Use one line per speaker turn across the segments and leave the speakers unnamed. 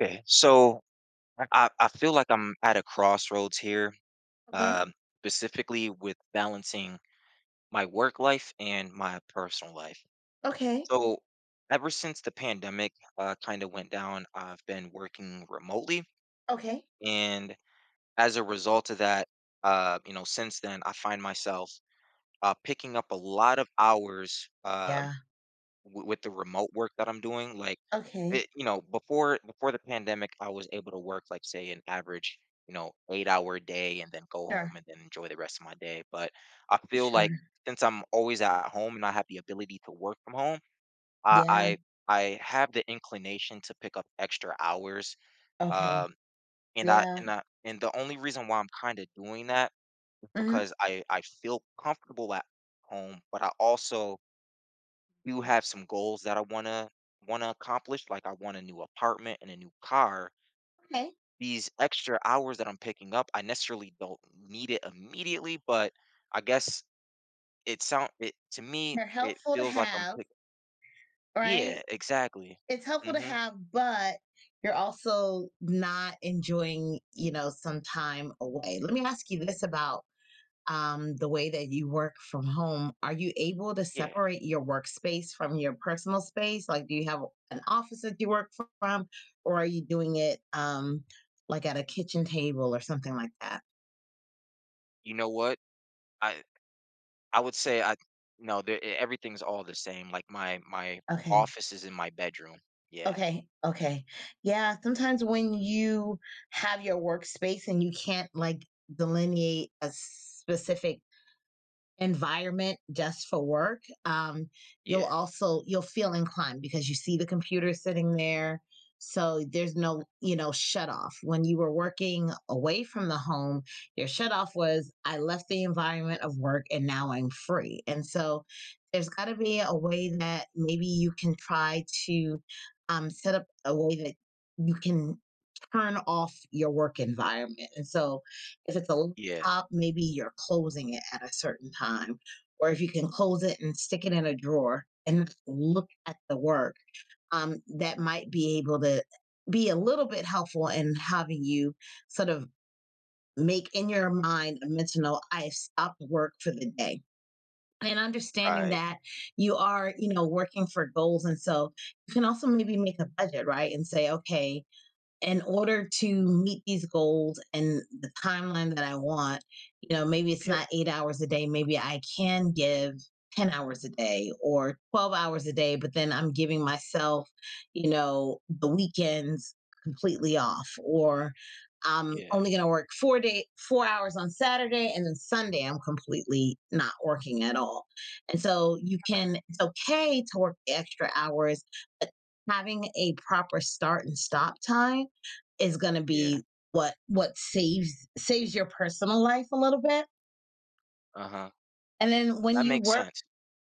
Okay, so I feel like I'm at a crossroads here,
Okay,
um, specifically with balancing my work life and my personal life.
okay,
So, ever since the pandemic kind of went down, I've been working remotely.
okay.
And as a result of that, since then, I find myself picking up a lot of hours. uh,
Yeah.
w- with the remote work that I'm doing. Like,
Okay,
it, you know, before before the pandemic, I was able to work like say an average, 8 hour day and then go home
sure,
and then enjoy the rest of my day. But I feel like
sure.
since I'm always at home and I have the ability to work from home, I
Yeah.
I, I have the inclination to pick up extra hours.
Okay.
Um,
Yeah.
and the only reason why I'm kind of doing that is
Mhm.
because I feel comfortable at home, but I also do have some goals that I wanna accomplish, like I want a new apartment and a new car.
Okay.
These extra hours that I'm picking up, I necessarily don't need it immediately, but I guess it sound it to me,
They're
it
helpful to
feels like I'm
have,
pick.
right?
Yeah, exactly.
It's helpful to
Mhm.
have, but you're also not enjoying some time away. Let me ask you this about the way that you work from home. Are you able to
Yeah.
separate your workspace from your personal space? Like, do you have an office that you work from, or are you doing it like at a kitchen table or something like that?
You know what? I I would say I no, the e everything's all the same. Like my
Okay.
office is in my bedroom. Yeah.
Okay. Okay. Yeah. Sometimes when you have your workspace and you can't like delineate a specific environment just for work, you'll
Yeah.
also you'll feel inclined because you see the computer sitting there, so there's no shut off. When you were working away from the home, your shut off was, I left the environment of work and now I'm free. And so there's got to be a way that maybe you can try to, set up a way that you can turn off your work environment. And so if it's a
Yeah.
top, maybe you're closing it at a certain time. Or if you can close it and stick it in a drawer and look at the work, that might be able to be a little bit helpful in having you sort of make in your mind a mental note, I've stopped work for the day. And understanding
Right.
that you are, working for goals. And so you can also maybe make a budget, right? And say, okay, in order to meet these goals and the timeline that I want, maybe it's
Yeah.
not 8 hours a day. Maybe I can give 10 hours a day or 12 hours a day, but then I'm giving myself, the weekends completely off, or I'm
Yeah.
only going to work 4 hours on Saturday, and then Sunday I'm completely not working at all. And so
Right.
it's okay to work the extra hours, but having a proper start and stop time is going to
Yeah.
be what saves your personal life a little bit.
Uh-huh.
And then when
That
you
makes
work,
sense.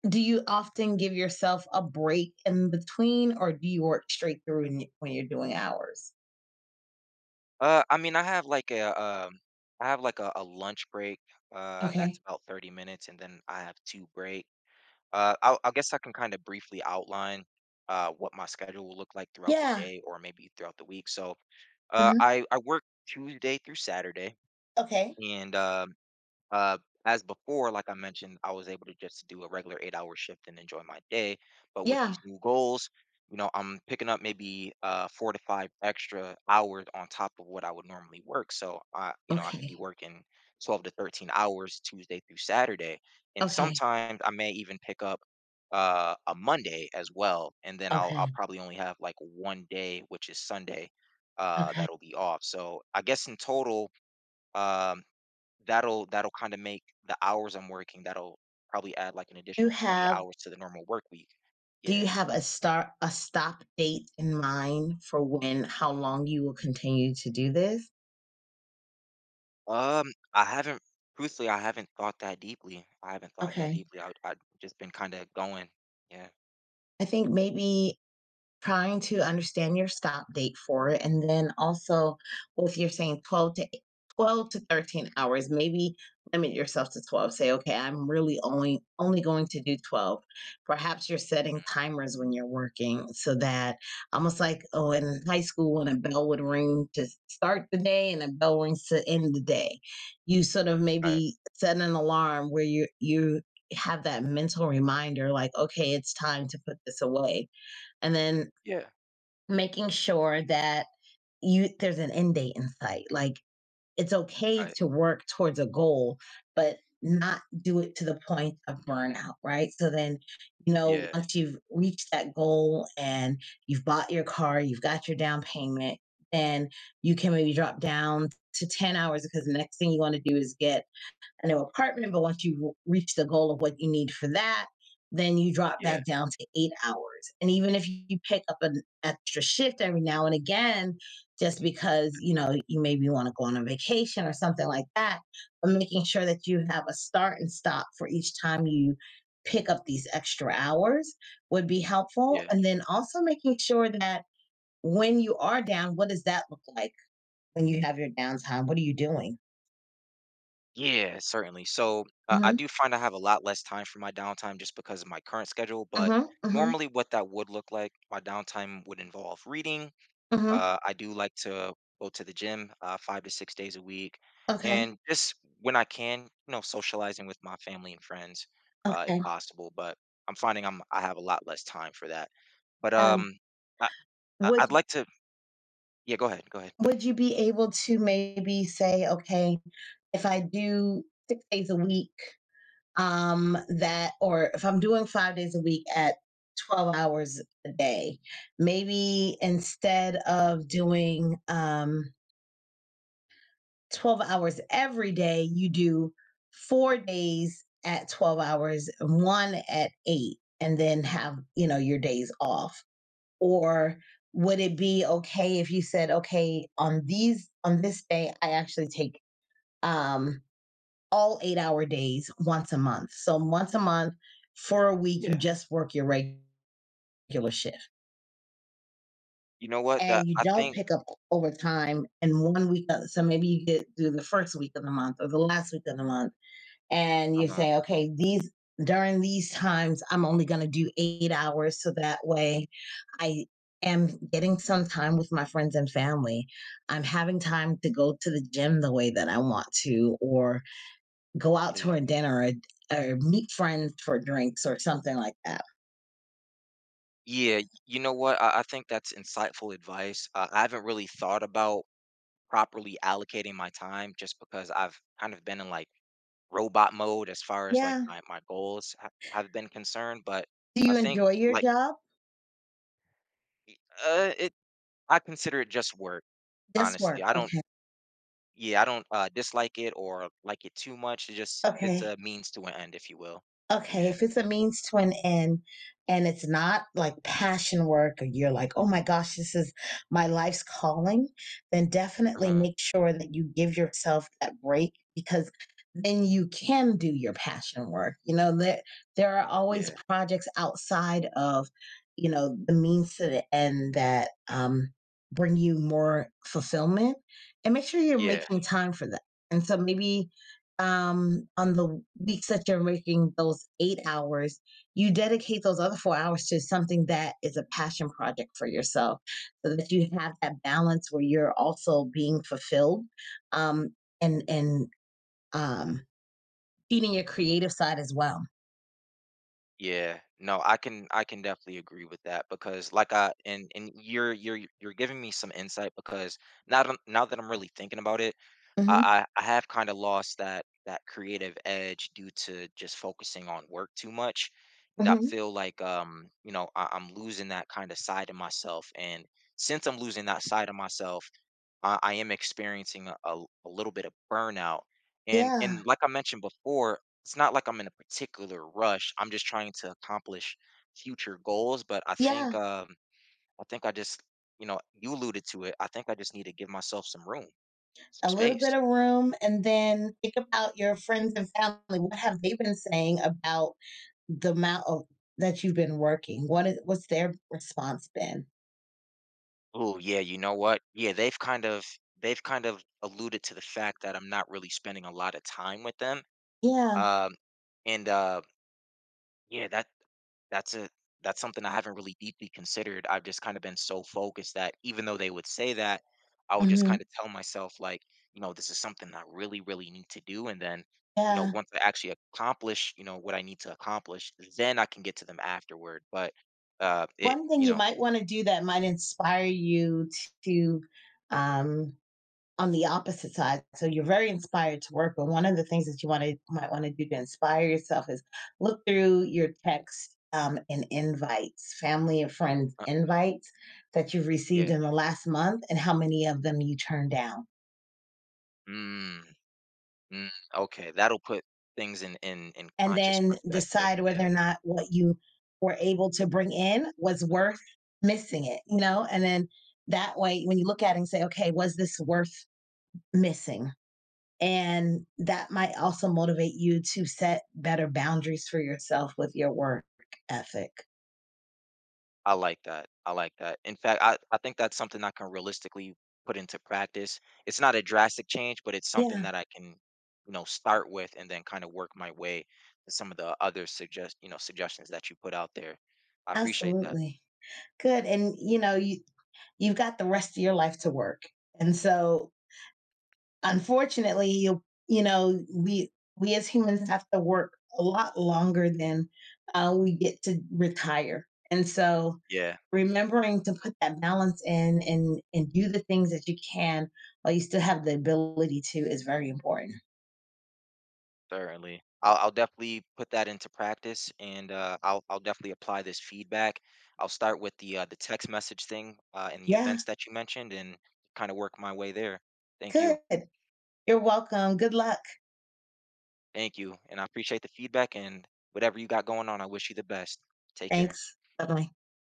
do you often give yourself a break in between, or do you work straight through when you are doing hours?
I mean, I have like a I have like a lunch break. That's
Okay.
about 30 minutes, and then I have two break. I guess I can kind of briefly outline what my schedule will look like throughout the
Yeah.
day, or maybe throughout the week. So, uh,
Mhm.
I I work Tuesday through Saturday,
Okay.
and uh, as before, like I mentioned, I was able to just do a regular 8 hour shift and enjoy my day. But with
Yeah.
these new goals, you know, I'm picking up maybe four to five extra hours on top of what I would normally work. So I, you know, I could
Okay.
be working 12 to 13 hours Tuesday through Saturday. And
Okay.
sometimes I may even pick up a Monday as well. And then I'll
Okay.
probably only have like one day, which is Sunday,
Okay.
that'll be off. So I guess in total, um, that'll kinda make the hours I'm working, that'll probably add, like, an
You
additional 20
have
hours to the normal work week.
Do you
Yeah.
have a stop date in mind for when how long you will continue to do this?
Um, I haven't truthfully, I haven't thought that
Okay.
deeply. I've just been kinda going. Yeah.
I think maybe trying to understand your stop date for it. And then also, well, if you're saying 12 to 13 hours, maybe limit yourself to 12. Say, okay, I'm really only going to do 12. Perhaps you're setting timers when you're working, so that almost like, oh, in high school when a bell would ring to start the day and a bell rings to end the day. You sort of
Right.
maybe set an alarm where you have that mental reminder, like, okay, it's time to put this away, and then
Yeah.
making sure that you there's an end date in sight. Like, it's okay
Right.
to work towards a goal, but not do it to the point of burnout, right? So then,
Yeah.
once you've reached that goal and you've bought your car, you've got your down payment, then you can maybe drop down to 10 hours, because the next thing you want to do is get a new apartment. But once you reach the goal of what you need for that, then you drop
Yeah.
back down to 8 hours. And even if you pick up an extra shift every now and again, just because you know you maybe want to go on a vacation or something like that, but making sure that you have a start and stop for each time you pick up these extra hours would be helpful.
Yeah.
And then also making sure that when you are down, what does that look like when you have your downtime? What are you doing?
Yeah, certainly. So, I
Mm-hmm,
do find I have a lot less time for my downtime just because of my current schedule, but
mm-hmm, mm-hmm,
normally what that would look like, my downtime would involve reading.
mm-hmm.
I do like to go to the gym 5 to 6 days a week,
Okay.
and just when I can, you know, socializing with my family and friends, if
Okay,
possible. But I'm finding I have a lot less time for that. But
um,
um, I I'd
would
like to. Yeah, go ahead. Go ahead.
would you be able to maybe say, "Okay, if I do 6 days a week, that or if I'm doing 5 days a week at 12 hours a day, maybe instead of doing, 12 hours every day, you do 4 days at 12 hours, 1 at 8, and then have, your days off." Or would it be okay if you said, okay, on these on this day I actually take um all 8 hour days once a month, so once a month for a week you
Yeah,
just work your regular shift
you know what? That
and you
I
don't
think.
pick up overtime in one week. So maybe you get through the first week of the month or the last week of the month and you
Uh,
say, okay, these during these times, I'm only going to do 8 hours. So that way I am getting some time with my friends and family. I'm having time to go to the gym the way that I want to, or go out to
yeah,
a dinner, or meet friends for drinks or something like that.
yeah. You know what? I think that's insightful advice. I haven't really thought about properly allocating my time just because I've kind of been in like robot mode as far as like
Yeah.
my goals have been concerned. But
Do
I
you
think
enjoy your
like
job?
uh, it, I consider it just work.
Just
Honestly,
work.
I don't.
Okay.
Yeah, I don't dislike it or like it too much. It just it's
Okay,
a means to an end, if you will.
Okay,
Yeah.
if it's a means to an end and it's not like passion work, or you're like, oh my gosh, this is my life's calling, then definitely
Uh,
make sure that you give yourself that break, because then you can do your passion work. There are always
yeah.
projects outside of, the means to the end that bring you more fulfillment. And make sure you're
Yeah.
making time for that. And so maybe, on the weeks that you're making those 8 hours, you dedicate those other 4 hours to something that is a passion project for yourself, so that you have that balance where you're also being fulfilled, um, and um, feeding your creative side as well.
Yeah. No, I can definitely agree with that because like I and you're giving me some insight because now that I'm really thinking about it,
Mm-hmm.
I have kind of lost that creative edge due to just focusing on work too much. And I
Mm-hmm.
feel like I'm losing that kind of side of myself. And since I'm losing that side of myself, I am experiencing a little bit of burnout. And
Yeah.
and like I mentioned before, it's not like I'm in a particular rush. I'm just trying to accomplish future goals. But
Yeah.
I think I just, you know, you alluded to it. I think I just need to give myself some room, some
A little bit
space.
of room. And then think about your friends and family. What have they been saying about the amount of that you've been working? What's their response been?
Oh yeah, you know what? They've kind of alluded to the fact that I'm not really spending a lot of time with them.
Yeah.
Um, and Yeah, that's a that's something I haven't really deeply considered. I've just kind of been so focused that even though they would say that, I would just
Mhm.
kind of tell myself like, you know, this is something I really, really need to do. And then, you know,
Yeah.
once I actually accomplish, you know, what I need to accomplish, then I can get to them afterward. But it,
One thing
you
you
know,
might wanna do that might inspire you to, um on the opposite side, so you're very inspired to work, but one of the things that you wanna might wanna do to inspire yourself is look through your text, and invites, family and friends
uh,
invites that you've received
yeah.
in the last month and how many of them you turned down.
Mm. Mm, okay, that'll put things in
And
conscious
then
perspective.
decide whether
Yeah,
or not what you were able to bring in was worth missing it, you know? And then that way, when you look at it and say, okay, was this worth missing? And that might also motivate you to set better boundaries for yourself with your work ethic.
I like that. In fact, I think that's something I can realistically put into practice. It's not a drastic change, but it's something
Yeah,
that I can, you know, start with and then kind of work my way to some of the other suggestions that you put out there. I appreciate that.
absolutely. Good. And you know, you you've got the rest of your life to work. And so unfortunately, we as humans have to work a lot longer than we get to retire, and so
Yeah.
remembering to put that balance in and do the things that you can while you still have the ability to is very important.
Certainly. I'll definitely put that into practice and I'll definitely apply this feedback. I'll start with the text message thing and the
Yeah,
events that you mentioned and kind of work my way there. Thank you.
good. You're welcome. Good luck.
Thank you. And I appreciate the feedback and whatever you got going on, I wish you the best. Take care.
Thanks. Bye bye.